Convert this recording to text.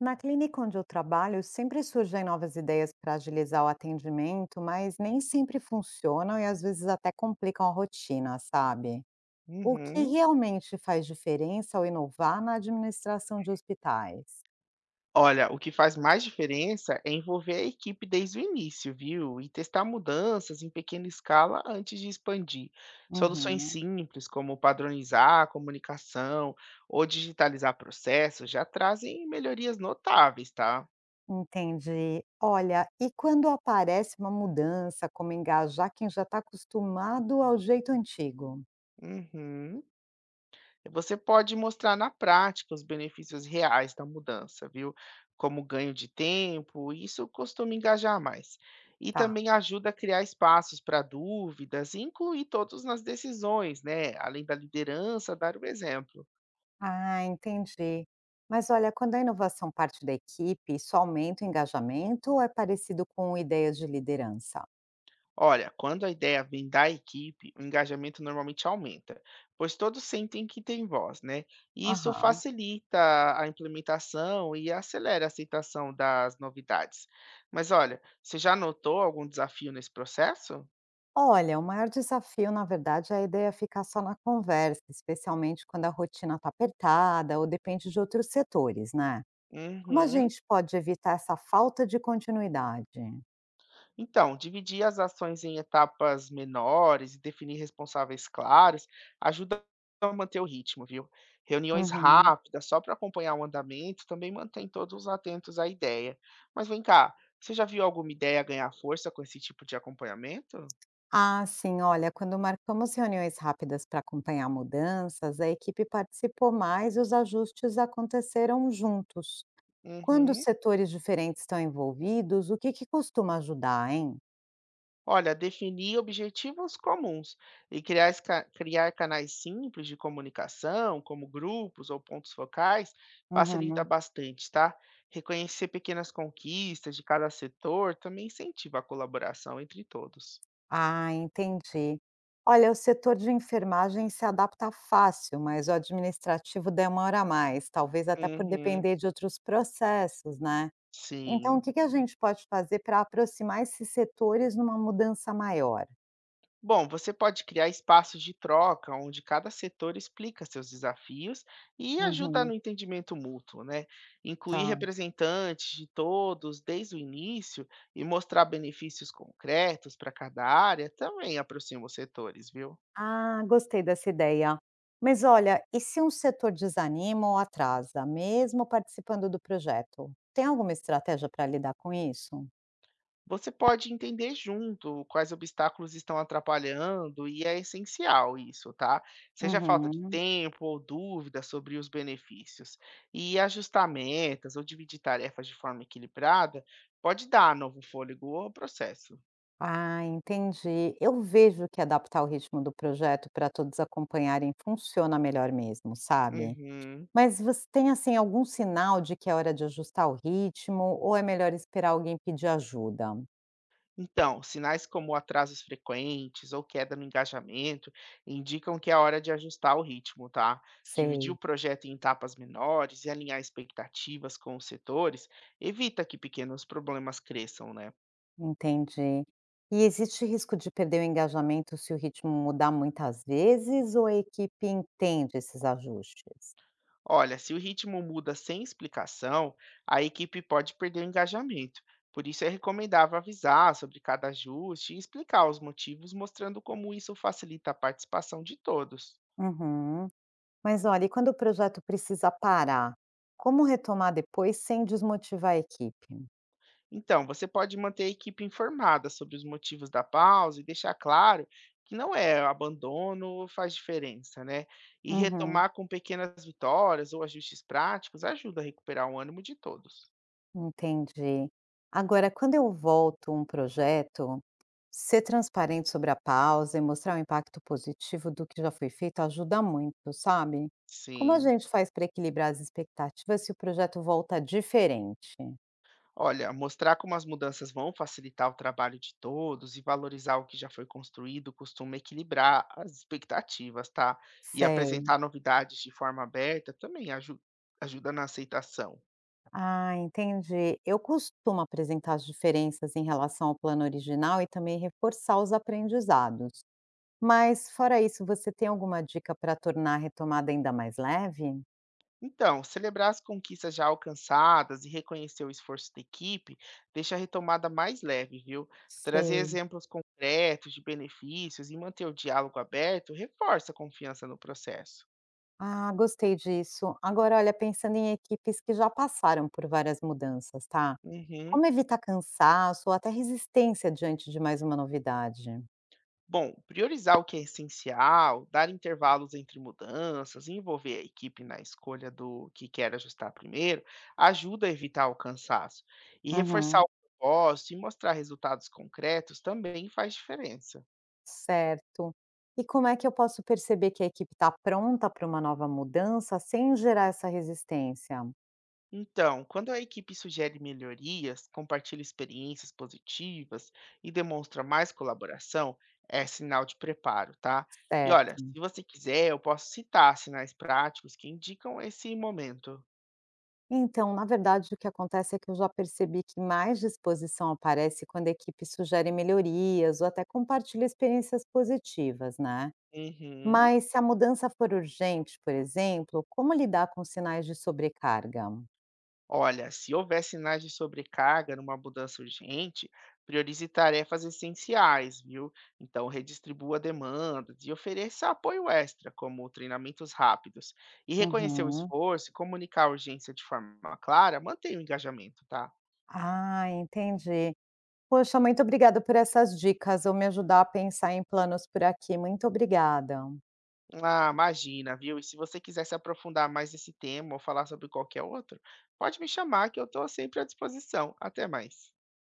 Na clínica onde eu trabalho, sempre surgem novas ideias para agilizar o atendimento, mas nem sempre funcionam e às vezes até complicam a rotina, sabe? O que Uhum. realmente faz diferença ao inovar na administração de hospitais? Olha, o que faz mais diferença é envolver a equipe desde o início, viu? E testar mudanças em pequena escala antes de expandir. Soluções Uhum, simples, como padronizar a comunicação ou digitalizar processos, já trazem melhorias notáveis, tá? entendi. Olha, e quando aparece uma mudança, como engajar quem já está acostumado ao jeito antigo? Uhum. Você pode mostrar na prática os benefícios reais da mudança, viu? Como ganho de tempo, isso costuma engajar mais. E Tá. também ajuda a criar espaços para dúvidas e incluir todos nas decisões, né? Além da liderança, dar o exemplo. Ah, entendi. Mas olha, quando a inovação parte da equipe, isso aumenta o engajamento ou é parecido com ideias de liderança? Olha, quando a ideia vem da equipe, o engajamento normalmente aumenta, pois todos sentem que têm voz, né? E isso Aham. facilita a implementação e acelera a aceitação das novidades. Mas olha, você já notou algum desafio nesse processo? Olha, o maior desafio, na verdade, é a ideia ficar só na conversa, especialmente quando a rotina está apertada ou depende de outros setores, né? Como a Uhum. gente pode evitar essa falta de continuidade? Então, dividir as ações em etapas menores e definir responsáveis claros ajuda a manter o ritmo, viu? Reuniões Uhum. rápidas, só para acompanhar o andamento, também mantém todos atentos à ideia. Mas vem cá, você já viu alguma ideia ganhar força com esse tipo de acompanhamento? Ah, sim, olha, quando marcamos reuniões rápidas para acompanhar mudanças, a equipe participou mais e os ajustes aconteceram juntos. Quando os Uhum. setores diferentes estão envolvidos, o que que costuma ajudar, hein? Olha, definir objetivos comuns e criar canais simples de comunicação, como grupos ou pontos focais, facilita Uhum. bastante, tá? Reconhecer pequenas conquistas de cada setor também incentiva a colaboração entre todos. Ah, entendi. Olha, o setor de enfermagem se adapta fácil, mas o administrativo demora mais, talvez até por Uhum, depender de outros processos, né? Então, sim. o que que a gente pode fazer para aproximar esses setores numa mudança maior? Bom, você pode criar espaços de troca onde cada setor explica seus desafios e ajuda no Uhum, entendimento mútuo, né? Incluir tá. representantes de todos desde o início e mostrar benefícios concretos para cada área também aproxima os setores, viu? Ah, gostei dessa ideia. Mas olha, e se um setor desanima ou atrasa, mesmo participando do projeto? Tem alguma estratégia para lidar com isso? Você pode entender junto quais obstáculos estão atrapalhando, e é essencial isso, tá? Seja falta de Uhum. tempo ou dúvida sobre os benefícios. E ajustar metas ou dividir tarefas de forma equilibrada pode dar novo fôlego ao processo. Ah, entendi. Eu vejo que adaptar o ritmo do projeto para todos acompanharem funciona melhor mesmo, sabe? Uhum. Mas você tem assim algum sinal de que é hora de ajustar o ritmo ou é melhor esperar alguém pedir ajuda? Então, sinais como atrasos frequentes ou queda no engajamento indicam que é hora de ajustar o ritmo, tá? Dividir o Sei. projeto em etapas menores e alinhar expectativas com os setores evita que pequenos problemas cresçam, né? Entendi. E existe risco de perder o engajamento se o ritmo mudar muitas vezes ou a equipe entende esses ajustes? Olha, se o ritmo muda sem explicação, a equipe pode perder o engajamento. Por isso é recomendável avisar sobre cada ajuste e explicar os motivos, mostrando como isso facilita a participação de todos. Uhum. Mas olha, e quando o projeto precisa parar, como retomar depois sem desmotivar a equipe? Então, você pode manter a equipe informada sobre os motivos da pausa e deixar claro que não é abandono ou faz diferença, né? E Uhum. retomar com pequenas vitórias ou ajustes práticos ajuda a recuperar o ânimo de todos. Entendi. Agora, quando eu volto um projeto, ser transparente sobre a pausa e mostrar o impacto positivo do que já foi feito ajuda muito, sabe? Como a Sim. gente faz para equilibrar as expectativas se o projeto volta diferente? Olha, mostrar como as mudanças vão facilitar o trabalho de todos e valorizar o que já foi construído costuma equilibrar as expectativas, tá? E Sei. apresentar novidades de forma aberta também ajuda na aceitação. Ah, entendi. Eu costumo apresentar as diferenças em relação ao plano original e também reforçar os aprendizados. Mas, fora isso, você tem alguma dica para tornar a retomada ainda mais leve? Então, celebrar as conquistas já alcançadas e reconhecer o esforço da equipe deixa a retomada mais leve, viu? Trazer Sei. exemplos concretos de benefícios e manter o diálogo aberto reforça a confiança no processo. Ah, gostei disso. Agora, olha, pensando em equipes que já passaram por várias mudanças, tá? Uhum. Como evitar cansaço ou até resistência diante de mais uma novidade? Bom, priorizar o que é essencial, dar intervalos entre mudanças, envolver a equipe na escolha do que quer ajustar primeiro, ajuda a evitar o cansaço. E reforçar Uhum, o propósito e mostrar resultados concretos também faz diferença. certo. E como é que eu posso perceber que a equipe está pronta para uma nova mudança sem gerar essa resistência? Então, quando a equipe sugere melhorias, compartilha experiências positivas e demonstra mais colaboração, é sinal de preparo, tá? E olha, Certo. se você quiser, eu posso citar sinais práticos que indicam esse momento. Então, na verdade, o que acontece é que eu já percebi que mais disposição aparece quando a equipe sugere melhorias ou até compartilha experiências positivas, né? Uhum. Mas se a mudança for urgente, por exemplo, como lidar com sinais de sobrecarga? Olha, se houver sinais de sobrecarga numa mudança urgente, priorize tarefas essenciais, viu? Então, redistribua demandas e ofereça apoio extra, como treinamentos rápidos. E reconhecer o Uhum. esforço e comunicar a urgência de forma clara, mantém o engajamento, tá? Ah, entendi. Poxa, muito obrigada por essas dicas. Vão me ajudar a pensar em planos por aqui. Muito obrigada. Ah, imagina, viu? E se você quiser se aprofundar mais nesse tema ou falar sobre qualquer outro, pode me chamar que eu estou sempre à disposição. Até mais.